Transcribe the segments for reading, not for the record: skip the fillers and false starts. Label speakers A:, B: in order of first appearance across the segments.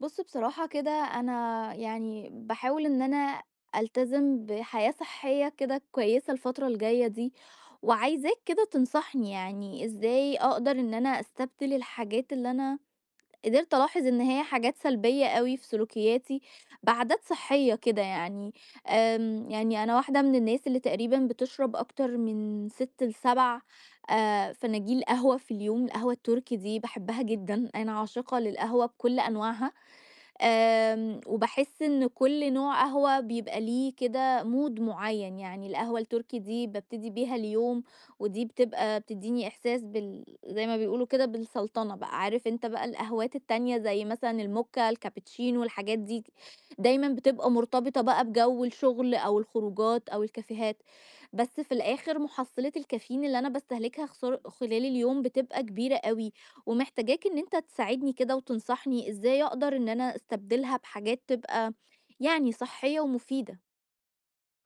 A: بُص، بصراحة كده أنا يعني باحاول إن أنا ألتزم بحياة صحية كده كويسة الفترة الجاية دي، وعايزاك كده تنصحني يعني إزاي أقدر إن أنا أستبدل الحاجات اللي أنا قدرت ألاحظ إن هي حاجات سلبية أوي في سلوكياتي بعادات صحية كده يعني. يعني أنا واحدة من الناس اللي تقريبًا بتشرب أكتر من 6 ل7 فناجيل قهوة في اليوم، القهوة التركي دي باحبها جدًا، أنا عاشقة للقهوة بكل أنواعها. وباحس إن كل نوع قهوة بيبقى ليه كده mood معيّن، يعني القهوة التركي دي بابتدي بيها اليوم، ودي بتبقى بتدّيني إحساس بال زي ما بيقولوا كده بالسلطنة بقى، عارف أنت بقى القهوات التانية زي مثلًا الموكا، الكابتشينو، الحاجات دي دايمًا بتبقى مرتبطة بقى بجو الشغل أو الخروجات أو الكافيهات، بس في الآخر محصّلة الكافيين اللي أنا باستهلكها خسار خلال اليوم بتبقى كبيرة أوي، ومحتاجاك إن أنت تساعدني كده وتنصحني إزاي أقدر إن أنا أستبدلها بحاجات تبقى يعني صحية ومفيدة.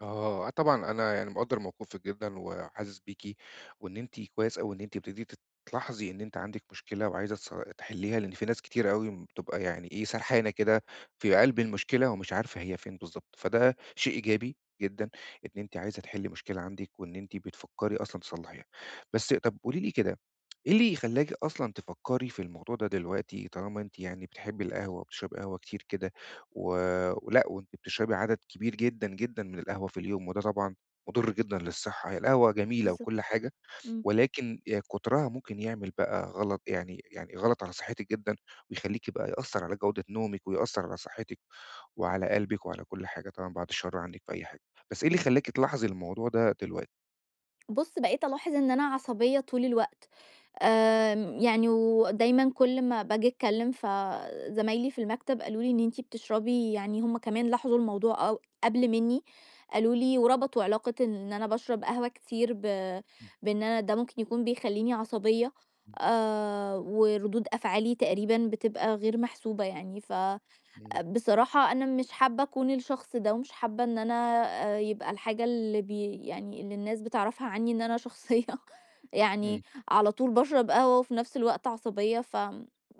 B: آه، طبعًا أنا يعني مقدّر موقفِك جدًا وحاسس بيكِ، وإن أنتِ كويس أوي إن أنتِ ابتديتِ تلاحظي إن أنتِ عندِك مشكلة وعايزة تحلّيها، لإن في ناس كتير أوي بتبقى يعني إيه، سرحانة كده في قلب المشكلة ومش عارفة هي فين بالضبط، فده شيء إيجابي جدًا إن أنتِ عايزة تحلّي مشكلة عندِك وإن أنتِ بتفكّري أصلًا تصلّحيها. بس طَب قولي لي كده، إيه اللي خلّاكِ أصلًا تفكّري في الموضوع ده دلوقتي طالما أنتِ يعني بتحبّي القهوة وبتشربي قهوة كتير كده؟ و ولأ، وأنتِ بتشربي عدد كبير جدًا، جدًا من القهوة في اليوم، وده طبعًا مُضِر جدًا للصحة، هي القهوة جميلة وكل
A: بالظبط.
B: حاجة،
A: مم.
B: ولكن كُترها ممكن يعمل بقى غلط يعني غلط على صحتِك جدًا، ويخلّيكِ بقى يأثّر على جودة نومِك، ويأثّر على صحتِك، وعلى قلبِك، وعلى كل حاجة طبعًا بعد الشر عنِّك في أي حاجة، بس إيه اللي خلّاكِ تلاحظي الموضوع ده دلوقتي؟
A: بص، بقيت ألاحظ إن أنا عصبية طول الوقت. يعني ودايمًا كل ما باجي أتكلم فزمايلي في المكتب قالوا لي إن أنتِ بتشربي، يعني هم كمان لاحظوا الموضوع أو قبل مني، قالوا لي وربطوا علاقة إن أنا باشرب قهوة كتير
B: إمم،
A: بإن أنا ده ممكن يكون بيخلّيني عصبية.
B: إمم.
A: وردود أفعالي تقريبًا بتبقى غير محسوبة يعني
B: إمم،
A: بصراحة أنا مش حابة أكون الشخص ده، ومش حابة إن أنا يبقى الحاجة اللي بي يعني اللي الناس بتعرفها عني إن أنا شخصية
B: إمم.
A: يعني على طول باشرب قهوة، وفي نفس الوقت عصبية،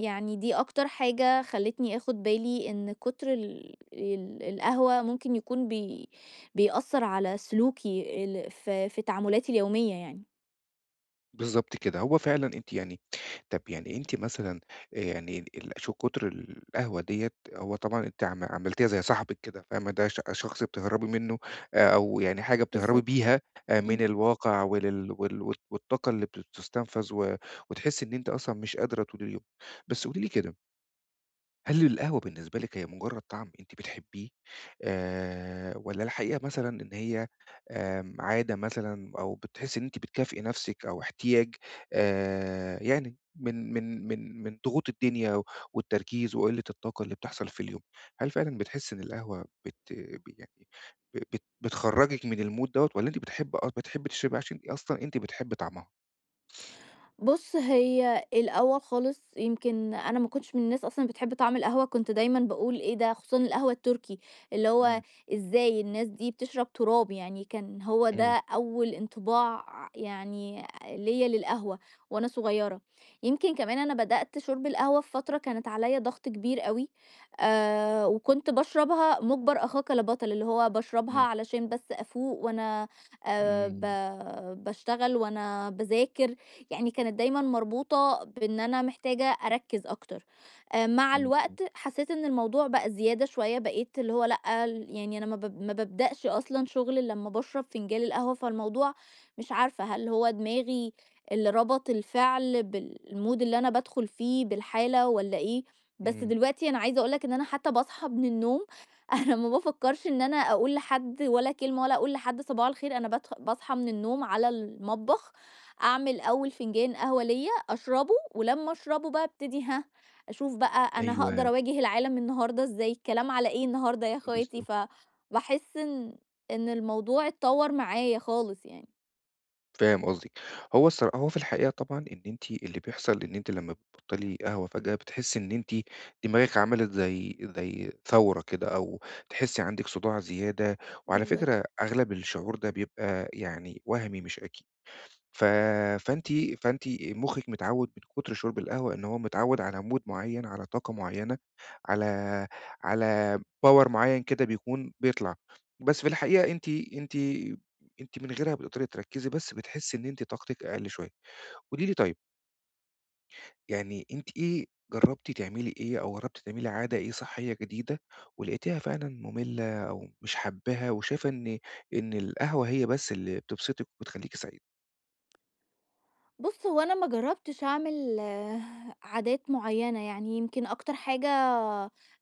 A: يعني دي أكتر حاجة خلّتني آخد بالي إن كتر ال القهوة ممكن يكون بيأثّر على سلوكي ال في في تعاملاتي اليومية يعني.
B: بالضبط كده، هو فعلًا أنتِ يعني طَب يعني أنتِ مثلًا يعني شو كُتر القهوة ديّة هو طبعًا أنتِ عملتيها زي صاحبِك كده فاهمة، ده شخص بتهربي منه، أو يعني حاجة بتهربي
A: بالضبط.
B: بيها من
A: إمم.
B: الواقع ولل وال وال والطاقة اللي بتستنفذ، وتحسّي إن أنتِ أصلًا مش قادرة طول اليوم. بس قولي لي كده، هل القهوة بالنسبة لِك هي مجرد طعم أنتِ بتحبيه، والّا الحقيقة مثلًا إن هي، عادة مثلًا أو بتحسي إن أنتِ بتكافئي نفسِك أو احتياج، يعني من ضغوط الدنيا والتركيز وقلة الطاقة اللي بتحصل في اليوم، هل فعلًا بتحسي إن القهوة بت ب يعني ب بت بتخرّجِك من الmood دوّة، والّا أنتِ بتحبي تشربي عشان أصلًا أنتِ بتحبي طعمها؟
A: بُص، هي الأول خالص يمكن أنا ما كنتش من الناس أصلًا بتحب طعم القهوة، كنت دايمًا باقول إيه ده، خصوصًا القهوة التركي، اللي هو
B: إمم،
A: إزاي الناس دي بتشرب تراب، يعني كان هو
B: إمم،
A: ده أول انطباع يعني ليّا للقهوة وأنا صغيرة. يمكن كمان أنا بدأت شُرب القهوة في فترة كانت عليّا ضغط كبير أوي. وكنت باشربها مُجبر أخاك لبطل، اللي هو باشربها
B: إمم،
A: علشان بس أفوق وأنا ب
B: إمم،
A: باشتغل وأنا باذاكر، يعني كانت دايمًا مربوطة بإن أنا محتاجة أركّز أكتر. مع
B: إمم،
A: الوقت حسيت إن الموضوع بقى زيادة شوية، بقيت اللي هو لأ، ال يعني أنا ما بابدأش أصلًا شغل إلا لمّا باشرب فنجان القهوة، فالموضوع مش عارفة هل هو دماغي اللي ربط الفعل بالmood اللي أنا بادخل فيه، بالحالة والّا إيه؟ بس
B: إمم،
A: دلوقتي أنا عايزة أقول لك إن أنا حتى باصحى من النوم أنا ما بافكّرش إن أنا أقول لحد ولا كلمة ولا أقول لحد صباح الخير، أنا باصحى من النوم على المطبخ أعمل أول فنجان قهوة ليّا، أشربه ولمّا أشربه بقى أبتدي ها، أشوف بقى أنا
B: أيوه،
A: هاقدر أواجه العالم النهارده إزاي، الكلام على إيه النهارده يا أخواتي،
B: بالضبط.
A: فباحس إن الموضوع اتطوّر معايا خالص يعني.
B: فاهم قصدِك. هو هو في الحقيقة طبعًا إن أنتِ، اللي بيحصل إن أنتِ لمّا بتبطّلي قهوة فجأة، بتحسّي إن أنتِ دماغِك عملت زي ثورة كده، أو تحسّي عندِك صداع زيادة، وعلى
A: بالضبط.
B: فكرة أغلب الشعور ده بيبقى يعني وهمي مش أكيد. ف فأنتِ فأنتِ مُخِّك متعوّد من كُتر شُرب القهوة إن هو متعوّد على mood معيّن، على طاقة معيّنة، على على power معيّن كده بيكون بيطلع. بس في الحقيقة أنتِ من غيرها بتقدري تركّزي، بس بتحسّي إن أنتِ طاقتِك أقل شوية. قولي لي طيب، يعني أنتِ إيه جرّبتِ تعملي إيه، أو جرّبتِ تعملي عادة إيه صحّية جديدة ولقيتيها فعلًا مُمِلّة أو مش حابّاها، وشايفة إن القهوة هي بس اللي بتبسطِك وبتخلّيكِ سعيدة؟
A: بُص، هو أنا ما جرّبتش أعمل عادات معيّنة، يعني يمكن أكتر حاجة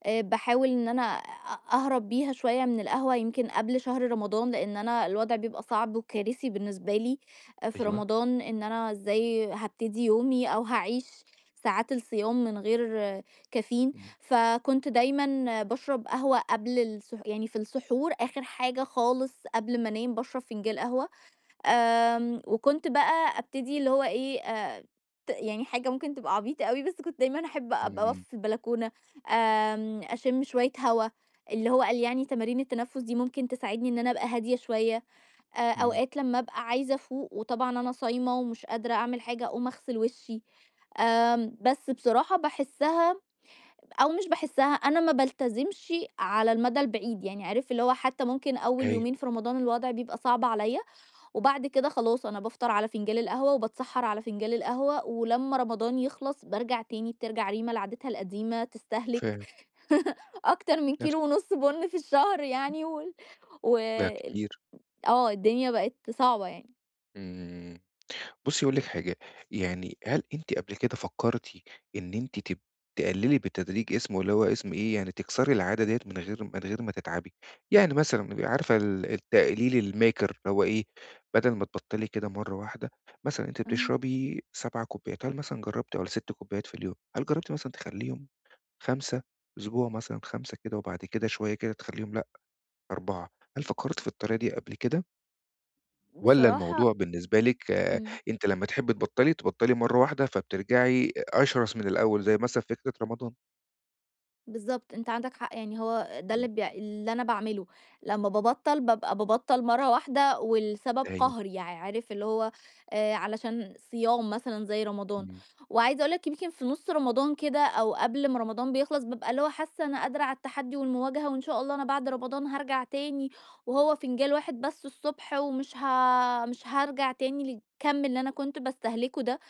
A: باحاول إن أنا أهرب بيها شوية من القهوة يمكن قبل شهر رمضان، لإن أنا الوضع بيبقى صعب وكارثي بالنسبة لي في
B: أيوه.
A: رمضان، إن أنا إزاي هابتدي يومي أو هاعيش ساعات الصيام من غير كافيين.
B: إمم.
A: فكنت دايمًا باشرب قهوة قبل يعني في السحور آخر حاجة خالص قبل ما أنام باشرب فنجان قهوة. وكنت بقى أبتدي اللي هو إيه، ت يعني حاجة ممكن تبقى عبيطة أوي، بس كنت دايمًا أحب
B: إمم،
A: أبقى واقفة
B: إمم،
A: في البلكونة. أشم شوية هوا، اللي هو قال يعني تمارين التنفس دي ممكن تساعدني إن أنا أبقى هادية شوية.
B: إمم،
A: أوقات لمّا أبقى عايزة أفوق وطبعًا أنا صايمة ومش قادرة أعمل حاجة، أقوم أغسل وشي. بس بصراحة باحسها أو مش باحسها، أنا ما بالتزمش على المدى البعيد، يعني عارف اللي هو حتى ممكن أول
B: أيوه،
A: يومين في رمضان الوضع بيبقى صعب عليَّ وبعد كده خلاص أنا بافطر على فنجان القهوة وباتسحّر على فنجان القهوة، ولمّا رمضان يخلص بارجع تاني، بترجع ريما لعادتها القديمة تستهلك
B: فاهم،
A: أكتر من
B: نفس
A: كيلو ونُص بُن في الشهر يعني وال
B: ده
A: وال
B: كتير،
A: الدنيا بقت صعبة يعني.
B: إمم، بُصّي هاقول لِك حاجة، يعني هل أنتِ قبل كده فكّرتِ إن أنتِ تقللي بالتدريج، اسمه اللي هو اسم إيه، يعني تكسري العادة ديّة من غير ما تتعبي، يعني مثلًا بيبقى عارفة التقليل الماكر اللي هو إيه، بدل ما تبطّلي كده مرّة واحدة، مثلًا أنتِ
A: إمم.
B: بتشربي 7 كوبايات، هل مثلًا جرّبتِ؟ والّا 6 كوبايات في اليوم، هل جرّبتِ مثلًا تخلّيهم 5 أسبوع مثلًا، 5 كده، وبعد كده شوية كده تخلّيهم لأ 4، هل فكّرتِ في الطريقة دي قبل كده؟ والّا
A: بصراحة.
B: الموضوع بالنسبة لِك
A: إمم.
B: أنتِ لمّا تحبي تبطّلي، تبطّلي مرّة واحدة فبترجعي أشرس من الأول، زي مثلًا فكرة رمضان؟
A: بالضبط، أنت عندك حق، يعني هو ده
B: إمم.
A: اللي اللي أنا باعمله، لمّا بابطّل بابطّل مرّة واحدة والسبب
B: أيوه،
A: قهري، يعني عارف اللي هو علشان صيام مثلًا زي رمضان،
B: إمم،
A: وعايزة أقول لك يمكن في نُص رمضان كده أو قبل ما رمضان بيخلص بابقى اللي هو حاسة أنا قادرة على التحدي والمواجهة وإن شاء الله أنا بعد رمضان هارجع تاني، وهو فنجان واحد بس الصبح، ومش ه مش هارجع تاني للكَم اللي أنا كنت باستهلكه ده.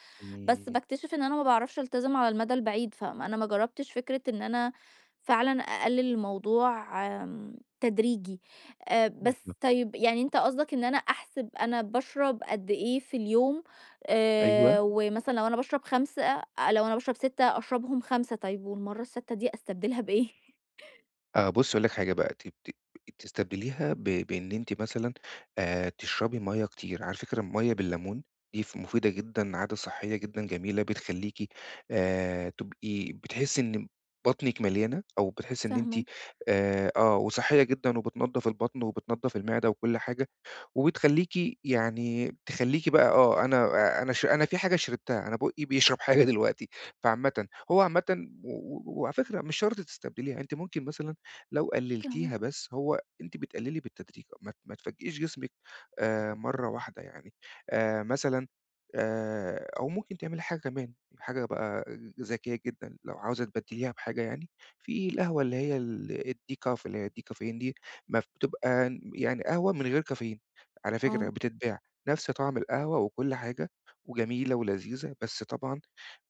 A: بس
B: إمم،
A: باكتشف إن أنا ما باعرفش ألتزم على المدى البعيد، فأنا ما جرّبتش فكرة إن أنا فعلًا أقلِّل الموضوع تدريجي. بس
B: بالضبط،
A: طيب يعني أنت قصدك إن أنا أحسب أنا باشرب قد إيه في اليوم،
B: أيوه،
A: ومثلًا لو أنا باشرب 5 لو أنا باشرب 6 أشربهم 5 طيب والمَرّة السادسة دي أستبدلها بإيه؟
B: آه، بُصّي أقول لِك حاجة بقى، ت ت تستبدليها بإن أنتِ مثلًا، تشربي مَيّة كتير، على فكرة المَيّة بالليمون دي مفيدة جدًا، عادة صحية جدًا جميلة، بتخلّيكِ تبقي بتحسّي إن بطنِك مليانة، أو بتحسّي إن أنتِ
A: فاهماك،
B: وصحية جدًا، وبتنضّف البطن وبتنضّف المعدة وكل حاجة. وبتخلّيكِ يعني تخلّيكِ بقى، أنا في حاجة شربتها، أنا بُقّي بيشرب حاجة دلوقتي، فعامةً هو عامةً و و وعلى فكرة مش شرط تستبدليها، أنتِ ممكن مثلًا لو قلّلتيها
A: فاهماك.
B: بس، هو أنتِ بتقلّلي بالتدريج، ما تفاجئيش جسمِك مرّة واحدة يعني، مثلًا أو ممكن تعملي حاجة كمان، حاجة بقى ذكية جدًا، لو عاوزة تبدّليها بحاجة يعني، في القهوة اللي هي الdecaf اللي هي الdecaffeine دي، ما بتبقى يعني قهوة من غير كافيين. على فكرة
A: آه.
B: بتتباع، نفس طعم القهوة وكل حاجة، وجميلة ولذيذة، بس طبعًا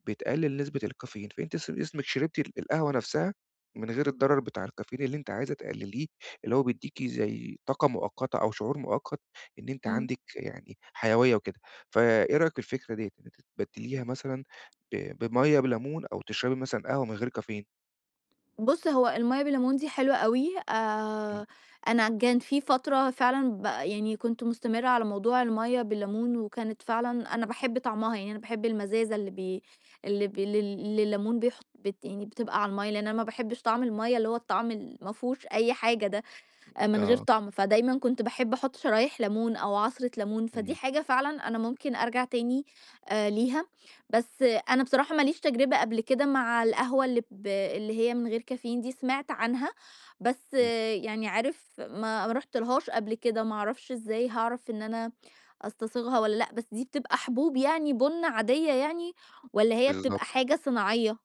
B: بتقلل نسبة الكافيين، فأنتِ اسمِك شربتِ القهوة نفسها من غير الضرر بتاع الكافيين اللي أنتِ عايزة تقلليه، اللي هو بيدّيكِ زي طاقة مؤقتة أو شعور مؤقت إن أنتِ
A: إمم.
B: عندِك يعني حيوية وكده، فإيه رأيِك في الفكرة ديّة، إن أنتِ تبدّليها مثلًا ب بمَيّة بليمون، أو تشربي مثلًا قهوة من غير كافيين؟
A: بُص، هو المَيّة بالليمون دي حلوة أوي.
B: إمم،
A: أنا كان في فترة فعلًا يعني كنت مستمرة على موضوع المَيّة بالليمون، وكانت فعلًا أنا باحب طعمها، يعني أنا باحب المزازة اللي بي اللي ب اللي اللي الليمون بيحط بت يعني بتبقى على المَيّة، لإن أنا ما باحبش طعم المَيّة اللي هو الطعم اللي ما فيهوش أي حاجة ده. من غير
B: آه،
A: طعم، فدايمًا كنت باحب أحط شرايح ليمون أو عصرة ليمون، فدي
B: إمم،
A: حاجة فعلًا أنا ممكن أرجع تاني ليها. بس أنا بصراحة ما ليش تجربة قبل كده مع القهوة اللي هي من غير كافيين دي، سمعت عنها بس
B: إمم،
A: يعني عارف ما رُحتلهاش قبل كده، ما أعرفش إزاي هاعرف إن أنا أستصيغها والّا لأ، بس دي بتبقى حبوب يعني بُن عادية يعني والّا هي بتبقى
B: بالضبط.
A: حاجة صناعية؟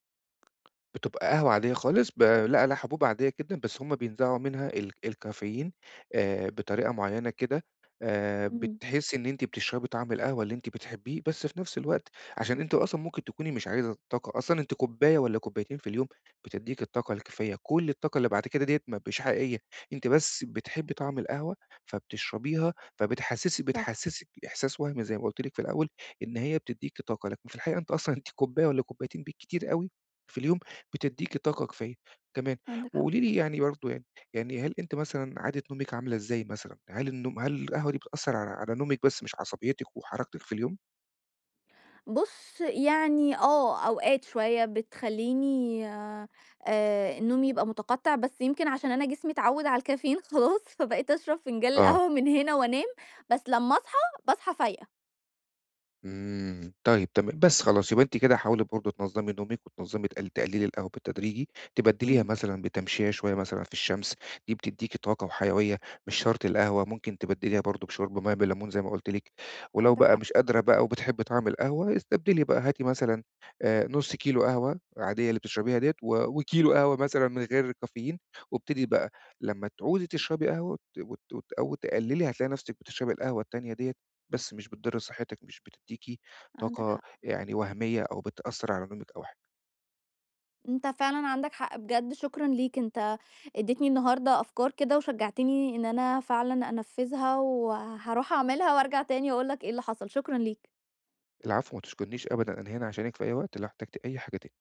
B: بتبقى قهوة عادية خالص، لا لا، حبوب عادية جدًا، بس هُم بينزعوا منها الكافيين بطريقة معيّنة كده،
A: إمم.
B: بتحسّي إن أنتِ بتشربي طعم القهوة اللي أنتِ بتحبيه، بس في نفس الوقت عشان أنتِ أصلًا ممكن تكوني مش عايزة الطاقة، أصلًا أنتِ كوباية والّا كوبايتين في اليوم بتدّيكِ الطاقة الكافية، كل الطاقة اللي بعد كده ديّة ما بش حقيقية، أنتِ بس بتحبّي طعم القهوة فبتشربيها،
A: صح.
B: بتحسّسِك إحساس وهمي زي ما قُلت لِك في الأول، إن هي بتدّيكِ طاقة، لكن في الحقيقة أنتِ أصلًا كوباية والّا كوبايتين بالكتير أوي في اليوم بتدّيكِ طاقة كفاية. تمام.
A: عندك حق.
B: وقولي لي يعني برضه يعني هل أنتِ مثلًا عادة نومِك عاملة إزاي مثلًا؟ هل القهوة دي بتأثّر على نومِك بس، مش عصبيتِك وحركتِك في اليوم؟
A: بُص، يعني أوقات شوية بتخلّيني النوم يبقى متقطّع، بس يمكن عشان أنا جسمي اتعوّد على الكافيين خلاص، فبقيت أشرب فنجان
B: آه.
A: القهوة من هنا وأنام، بس لمّا أصحى، باصحى فايقة.
B: إمم، طيب تمام، بس خلاص يبقى أنتِ كده حاولي برضه تنظّمي نومِك، وتنظّمي تقللي القهوة بالتدريجي، تبدّليها
A: إمم،
B: مثلًا بتمشية شوية مثلًا في الشمس، دي بتدّيكِ طاقة وحيوية، مش شرط القهوة، ممكن تبدّليها برضه بشُرب مَيّة بالليمون زي ما قُلت لِك، ولو
A: عندك
B: بقى
A: حق،
B: مش قادرة بقى وبتحبّي طعم القهوة، استبدلي بقى، هاتي مثلًا نُص كيلو قهوة عادية اللي بتشربيها ديّة، وكيلو قهوة مثلًا من غير كافيين، وابتدي بقى لمّا تعوزي تشربي قهوة، وت وت وت أو تقلّلي هتلاقي نَفْسِك بتشربي القهوة التانية ديّة، بس مش بتضر صحتِك، مش بتدّيكِ
A: عندك
B: طاقة
A: حق.
B: يعني وهمية، أو بتأثّر على نومِك أو حاجة.
A: أنت فعلًا عندك حق بجد، شكرًا ليك، أنت ادّيتني النهارده أفكار كده وشجّعتني إن أنا فعلًا أنفّذها، وهاروح أعملها وأرجع تاني أقول لك إيه اللي حصل، شكرًا ليك.
B: العفو، ما تشكرنيش أبدًا، أنا هنا عشانِك في أي وقت لو احتجتِ أي حاجة تاني.